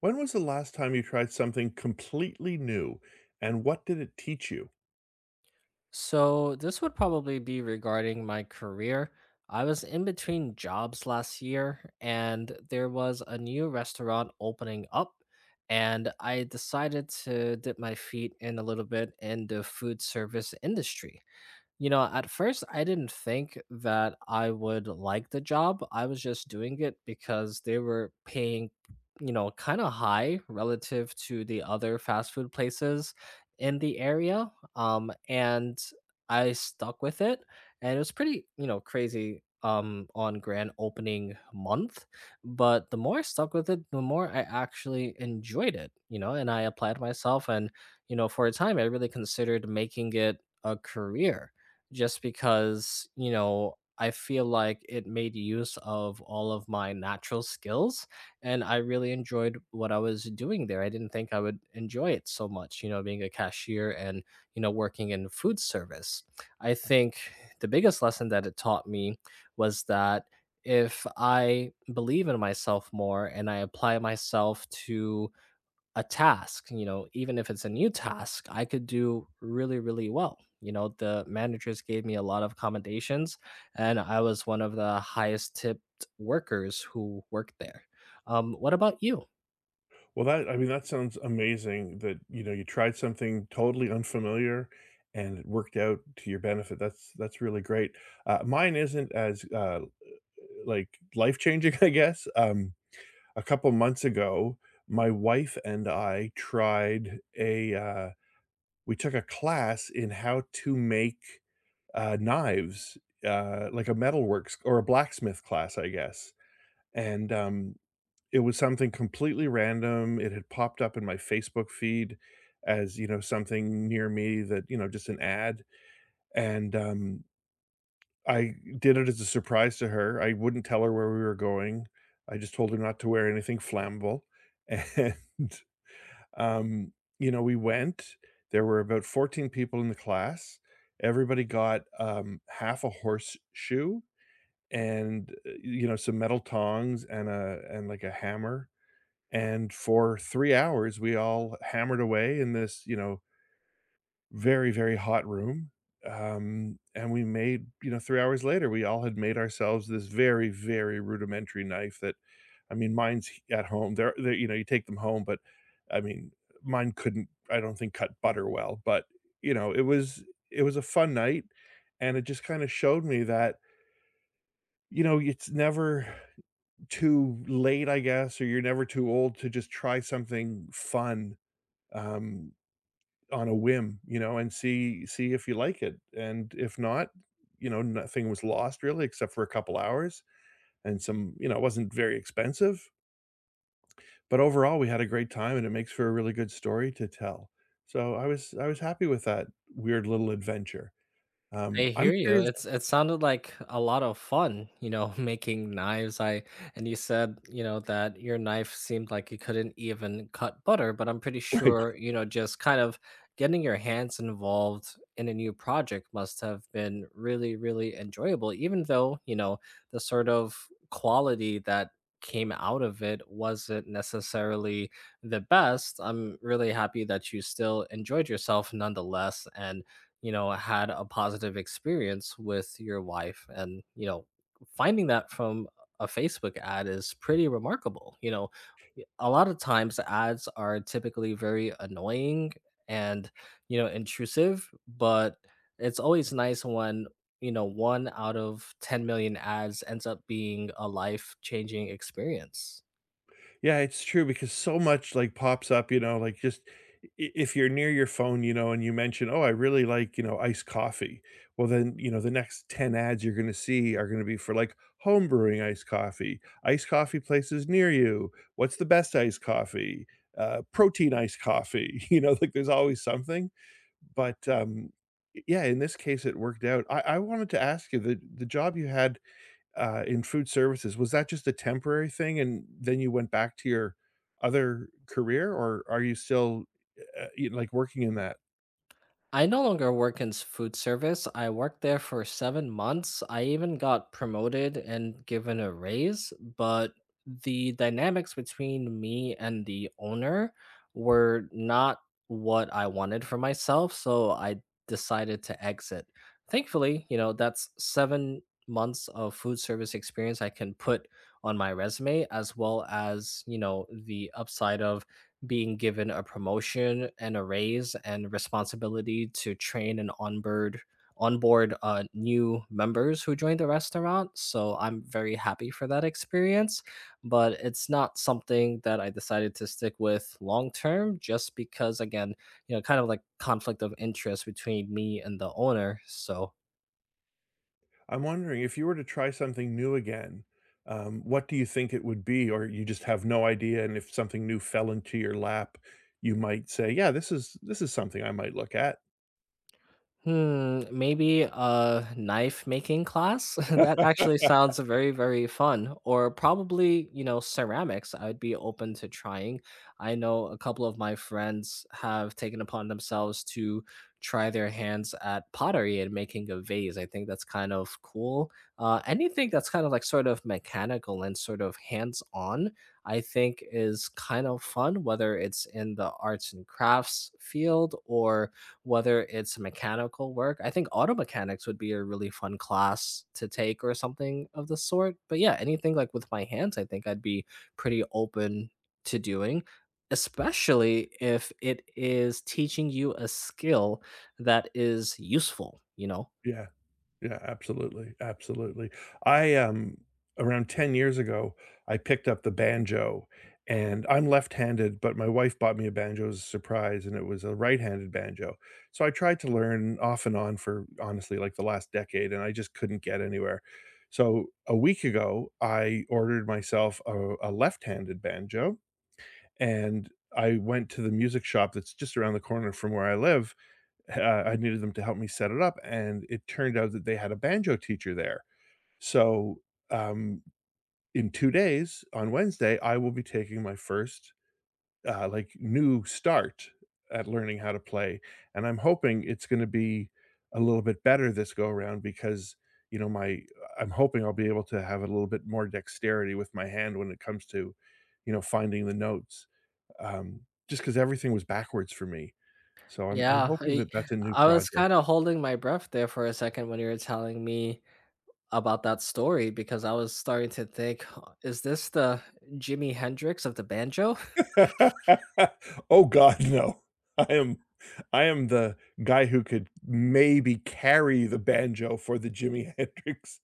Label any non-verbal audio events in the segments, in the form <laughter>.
When was the last time you tried something completely new, and what did it teach you? So, this would probably be regarding my career. I was in between jobs last year, and there was a new restaurant opening up, and I decided to dip my feet in a little bit in the food service industry. You know, at first, I didn't think that I would like the job. I was just doing it because they were paying, kind of high relative to the other fast food places in the area. And I stuck with it. And it was pretty, crazy on grand opening month. But the more I stuck with it, the more I actually enjoyed it, you know, and I applied myself. And for a time, I really considered making it a career just because, I feel like it made use of all of my natural skills and I really enjoyed what I was doing there. I didn't think I would enjoy it so much, you know, being a cashier and, working in food service. I think the biggest lesson that it taught me was that if I believe in myself more and I apply myself to a task, you know, even if it's a new task, I could do really, really well. You know, the managers gave me a lot of commendations, and I was one of the highest tipped workers who worked there. What about you? Well, that sounds amazing that, you know, you tried something totally unfamiliar and it worked out to your benefit. That's really great. Mine isn't as, like, life-changing, <laughs> I guess. A couple months ago, my wife and I tried we took a class in how to make, knives, like a metalworks or a blacksmith class, I guess. And, um, it was something completely random. It had popped up in my Facebook feed as, you know, something near me. Just an ad. and, um, I did it as a surprise to her. I wouldn't tell her where we were going. I just told her not to wear anything flammable, <laughs> and, um, we went. There were about 14 people in the class. Everybody got, half a horseshoe and, you know, some metal tongs and like, a hammer, and for 3 hours, we all hammered away in this, you know, very, very hot room. And we made you know, 3 hours later, we all had made ourselves this very, very rudimentary knife that mine's h at home. They're you know, you take them home, but, I mean, mine couldn't I don't think cut butter well, but, you know, it was a fun night, and it just kinda showed me that, you know, it's never too late, I guess, or you're never too old to just try something fun um, on a whim, you know, and see if you like it, and if not, you know, nothing was lost really except for a couple hours and some, you know, it wasn't very expensive, but overall we had a great time, and it makes for a really good story to tell. So I was happy with that weird little adventure. I hear I'm you. curious. It sounded like a lot of fun, you know, <laughs> making knives. I and you said, you know, that your knife seemed like you couldn't even cut butter, but I'm pretty <laughs> sure, you know, just kind of getting your hands involved in a new project must have been really, really enjoyable, even though, you know, the sort of quality that came out of it wasn't necessarily the best. I'm really happy that you still enjoyed yourself nonetheless and you know, had a positive experience with your wife. And, you know, finding that from a Facebook ad is pretty remarkable. You know, a lot of times ads are typically very annoying and, you know, intrusive, but it's always nice when, you know, one out of 10 million ads ends up being a life changing experience. Yeah, it's true because so much, like, pops up, you know, like, just I if you're near your phone, you know, and you mention, "Oh, I really like, you know, iced coffee." Well, then, you know, the next 10 ads you're gonna see are gonna be for, like, home brewing iced coffee places near you, what's the best iced coffee, protein iced coffee, <laughs> you know, like, there's always something, but, yeah, in this case, it worked out. I wanted to ask you, the job you had in food services, was that just a temporary thing and then you went back to your other career, or are you still, y like, working in that? I no longer work in food service. I worked there for 7 months. I even got promoted and given a raise, but the dynamics between me and the owner were not what I wanted for myself. So I decided to exit. Thankfully, you know, that's 7 months of food service experience I can put on my resume, as well as, you know, the upside of being given a promotion and a raise and responsibility to train and onboard new members who joined the restaurant. So I'm very happy for that experience, but it's not something that I decided to stick with long term just because, again, you know, kind of like conflict of interest between me and the owner. So I'm wondering if you were to try something new again, what do you think it would be? Or you just have no idea, and if something new fell into your lap, you might say, "Yeah, this is something I might look at." hmm, maybe a knife making class? <laughs> That actually sounds very, very fun. Or probably, you know, ceramics. I'd be open to trying. I know a couple of my friends have taken upon themselves to try their hands at pottery and making a vase. I think that's kind of cool. Anything that's kind of like sort of mechanical and sort of hands on, I think is kind of fun, whether it's in the arts and crafts field or whether it's mechanical work. I think auto mechanics would be a really fun class to take or something of the sort. But yeah, anything like with my hands, I think I'd be pretty open to doing, especially if it is teaching you a skill that is useful, you know? Yeah. Yeah, absolutely, absolutely. I, um Around 10 years ago, I picked up the banjo, and I'm left-handed, but my wife bought me a banjo as a surprise, and it was a right-handed banjo. So I tried to learn off and on for, honestly, like, the last decade, and I just couldn't get anywhere. So, a week ago, I ordered myself a left-handed banjo, and I went to the music shop that's just around the corner from where I live. I needed them to help me set it up, and it turned out that they had a banjo teacher there. So, um, in 2 days, on Wednesday, I will be taking my first, new start at learning how to play, and I'm hoping it's gonna be a little bit better this go around because, you know, my I'm hoping I'll be able to have a little bit more dexterity with my hand when it comes to, you know, finding the notes, just because everything was backwards for me. So I'm Yeah, hoping I, that that's a new I was kind of project. holding my breath there for a second when you were telling me about that story because I was starting to think, "Huh, is this the Jimi Hendrix of the banjo?" <laughs> Oh God, no. I am I am the guy who could maybe carry the banjo for the Jimi <laughs> Hendrix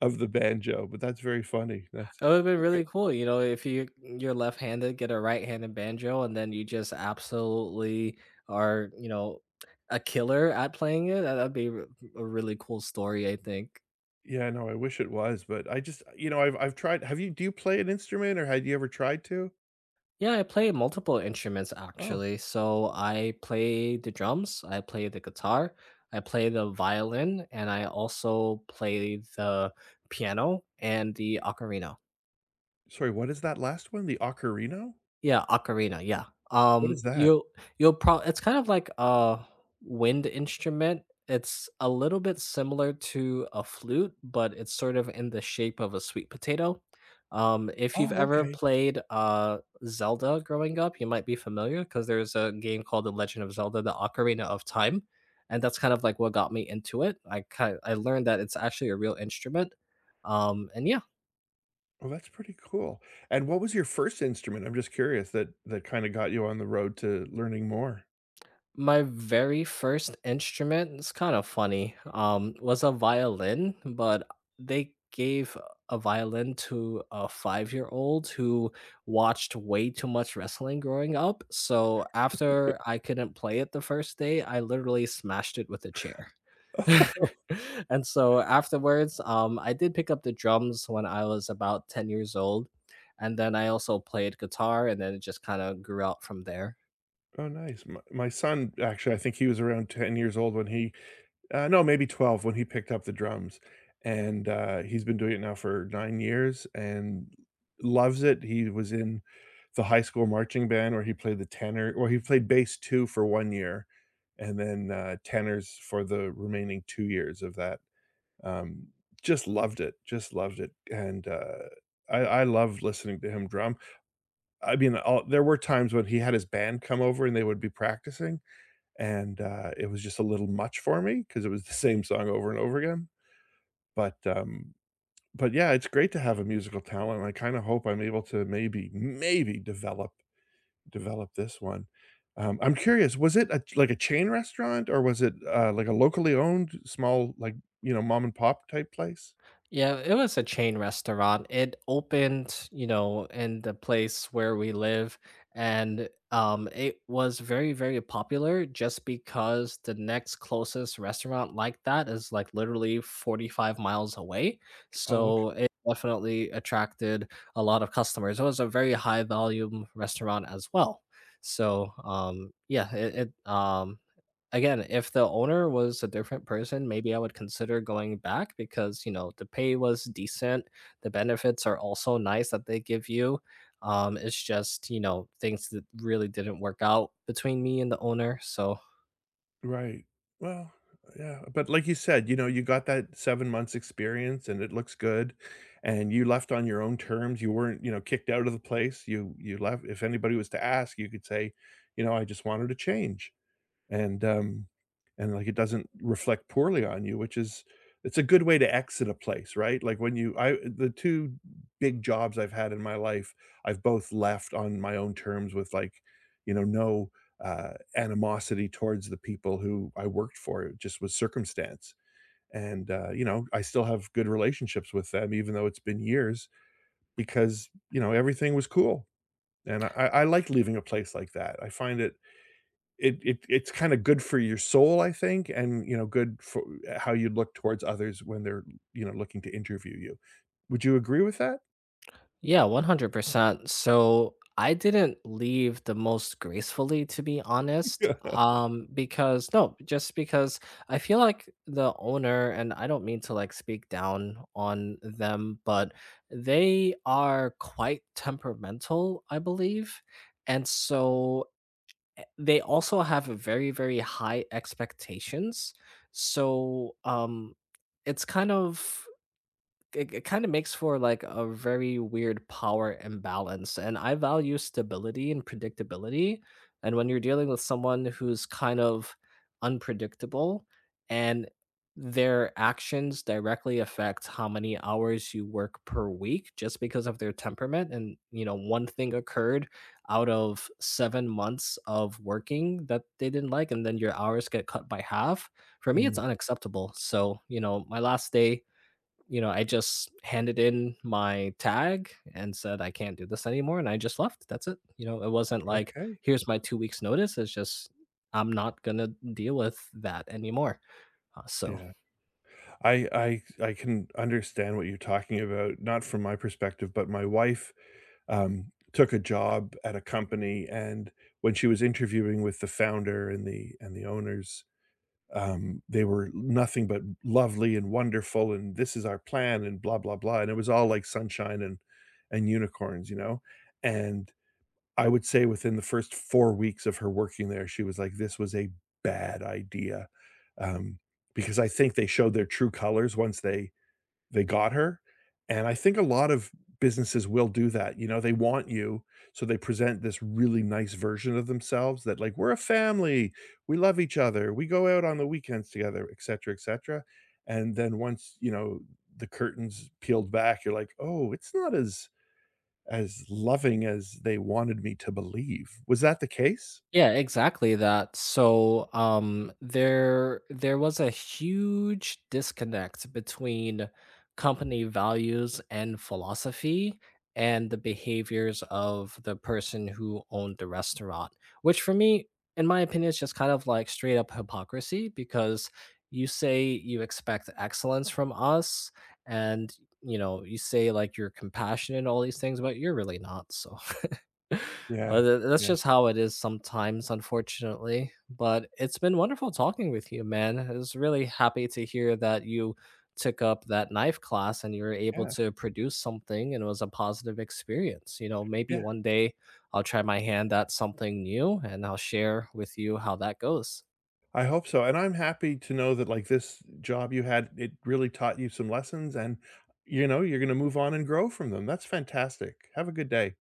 of the banjo, but that's very funny. That's It would've been really cool, you know, if you, you're left-handed, get a right-handed banjo, and then you just absolutely are, you know, a killer at playing it. That that'd be r a really cool story, I think. Yeah, no, I wish it was, but I just you know, I've tried. Have you Do you play an instrument or had you ever tried to? Yeah, I play multiple instruments, Oh, actually. So I play the drums, I play the guitar, I play the violin, and I also play the piano and the ocarina. sorry, what is that last one? The ocarina? Yeah, ocarina, yeah. What is that? You you'll pro It's kind of like a wind instrument. It's a little bit similar to a flute, but it's sort of in the shape of a sweet potato. If you've Oh, ever okay. played Zelda growing up, you might be familiar because there's a game called The Legend of Zelda: The Ocarina of Time, and that's kind of like what got me into it. I learned that it's actually a real instrument. Um, and yeah, Well, that's pretty cool. And what was your first instrument? I'm just curious that kinda got you on the road to learning more. My very first instrument, it's kind of funny, was a violin, but they gave a violin to a five-year-old who watched way too much wrestling growing up. So after I couldn't play it the first day, I literally smashed it with a chair. <laughs> And so afterwards, I did pick up the drums when I was about 10 years old, and then I also played guitar, and then it just kind of grew out from there. Oh, nice. My son, actually, I think he was around 10 years old when he no, maybe 12 when he picked up the drums, and, he's been doing it now for 9 years and loves it. He was in the high school marching band where he played the tenor, or he played bass too for 1 year, and then, tenors for the remaining 2 years of that. Um, just loved it, just loved it, and, I I love listening to him drum. I mean, all There were times when he had his band come over and they would be practicing, and, it was just a little much for me because it was the same song over and over again, but, um but yeah, it's great to have a musical talent. I kinda hope I'm able to maybe develop this one. I'm curious, was it a like a chain restaurant, or was it, like a locally owned small, like, you know, mom and pop type place? Yeah, it was a chain restaurant. It opened, you know, in the place where we live, and it was very, very popular just because the next closest restaurant like that is like literally 45 miles away. Oh, So it definitely attracted a lot of customers. It was a very high volume restaurant as well. So yeah, it again, if the owner was a different person, maybe I would consider going back because you know the pay was decent, the benefits are also nice that they give you. It's just, you know, things that really didn't work out between me and the owner. So right. Well, yeah, but like you said, you know, you got that 7 months experience and it looks good, and you left on your own terms. You weren't, you know, kicked out of the place. You left. If anybody was to ask, you could say, you know, "I just wanted to change." and um, and like, it doesn't reflect poorly on you, which is it's a good way to exit a place, right? Like when you I The 2 big jobs I've had in my life, I've both left on my own terms with, like, you know, no, animosity towards the people who I worked for. It just was circumstance, and, you know, I still have good relationships with them even though it's been years because, you know, everything was cool, and I like leaving a place like that. I find it's kinda good for your soul, I think, and, you know, good for how you look towards others when they're, you know, looking to interview you. Would you agree with that? yeah, 100%. So I didn't leave the most gracefully, to be <laughs> honest. Yeah. Because no, just because I feel like the owner, and I don't mean to like speak down on them, but they are quite temperamental, I believe. And so they also have very, very high expectations. So, um, it's kind of, it kind of makes for like a very weird power imbalance. And I value stability and predictability. And when you're dealing with someone who's kind of unpredictable and their actions directly affect how many hours you work per week just because of their temperament, and you know, one thing occurred out of 7 months of working that they didn't like, and then your hours get cut by half, for me it's Mm, unacceptable. So you know, my last day, you know, I just handed in my tag and said, I can't do this anymore. And I just left. That's it. You know, it wasn't like, okay, here's my two weeks' notice. It's just, I'm not going to deal with that anymore. Uh, so yeah. I can understand what you're talking about, not from my perspective, but my wife took a job at a company, and when she was interviewing with the founder and the owners, they were nothing but lovely and wonderful, and this is our plan, and blah blah blah, and it was all like sunshine and unicorns, you know, and I would say within the first 4 weeks of her working there, she was like, "This was a bad idea," um, because I think they showed their true colors once they got her. And I think a lot of businesses will do that. You know, they want you, so they present this really nice version of themselves, that like, "We're a family, we love each other, we go out on the weekends together," etcetera, etcetera, and then once, you know, the curtains peeled back, you're like, "Oh, it's not as as loving as they wanted me to believe." Was that the case? Yeah, exactly that. So, there was a huge disconnect between company values and philosophy and the behaviors of the person who owned the restaurant, which for me, in my opinion, is just kind of like straight up hypocrisy because you say you expect excellence from us, and you know, you say like you're compassionate and all these things, but you're really not. So Yeah. That's Yeah. just how it is sometimes, unfortunately. But it's been wonderful talking with you, man. I was really happy to hear that you took up that knife class and you were able Yeah. to produce something and it was a positive experience. You know, maybe Yeah. one day I'll try my hand at something new and I'll share with you how that goes. I hope so, and I'm happy to know that, like, this job you had, it really taught you some lessons and, you know, you're gonna move on and grow from them. That's fantastic. Have a good day.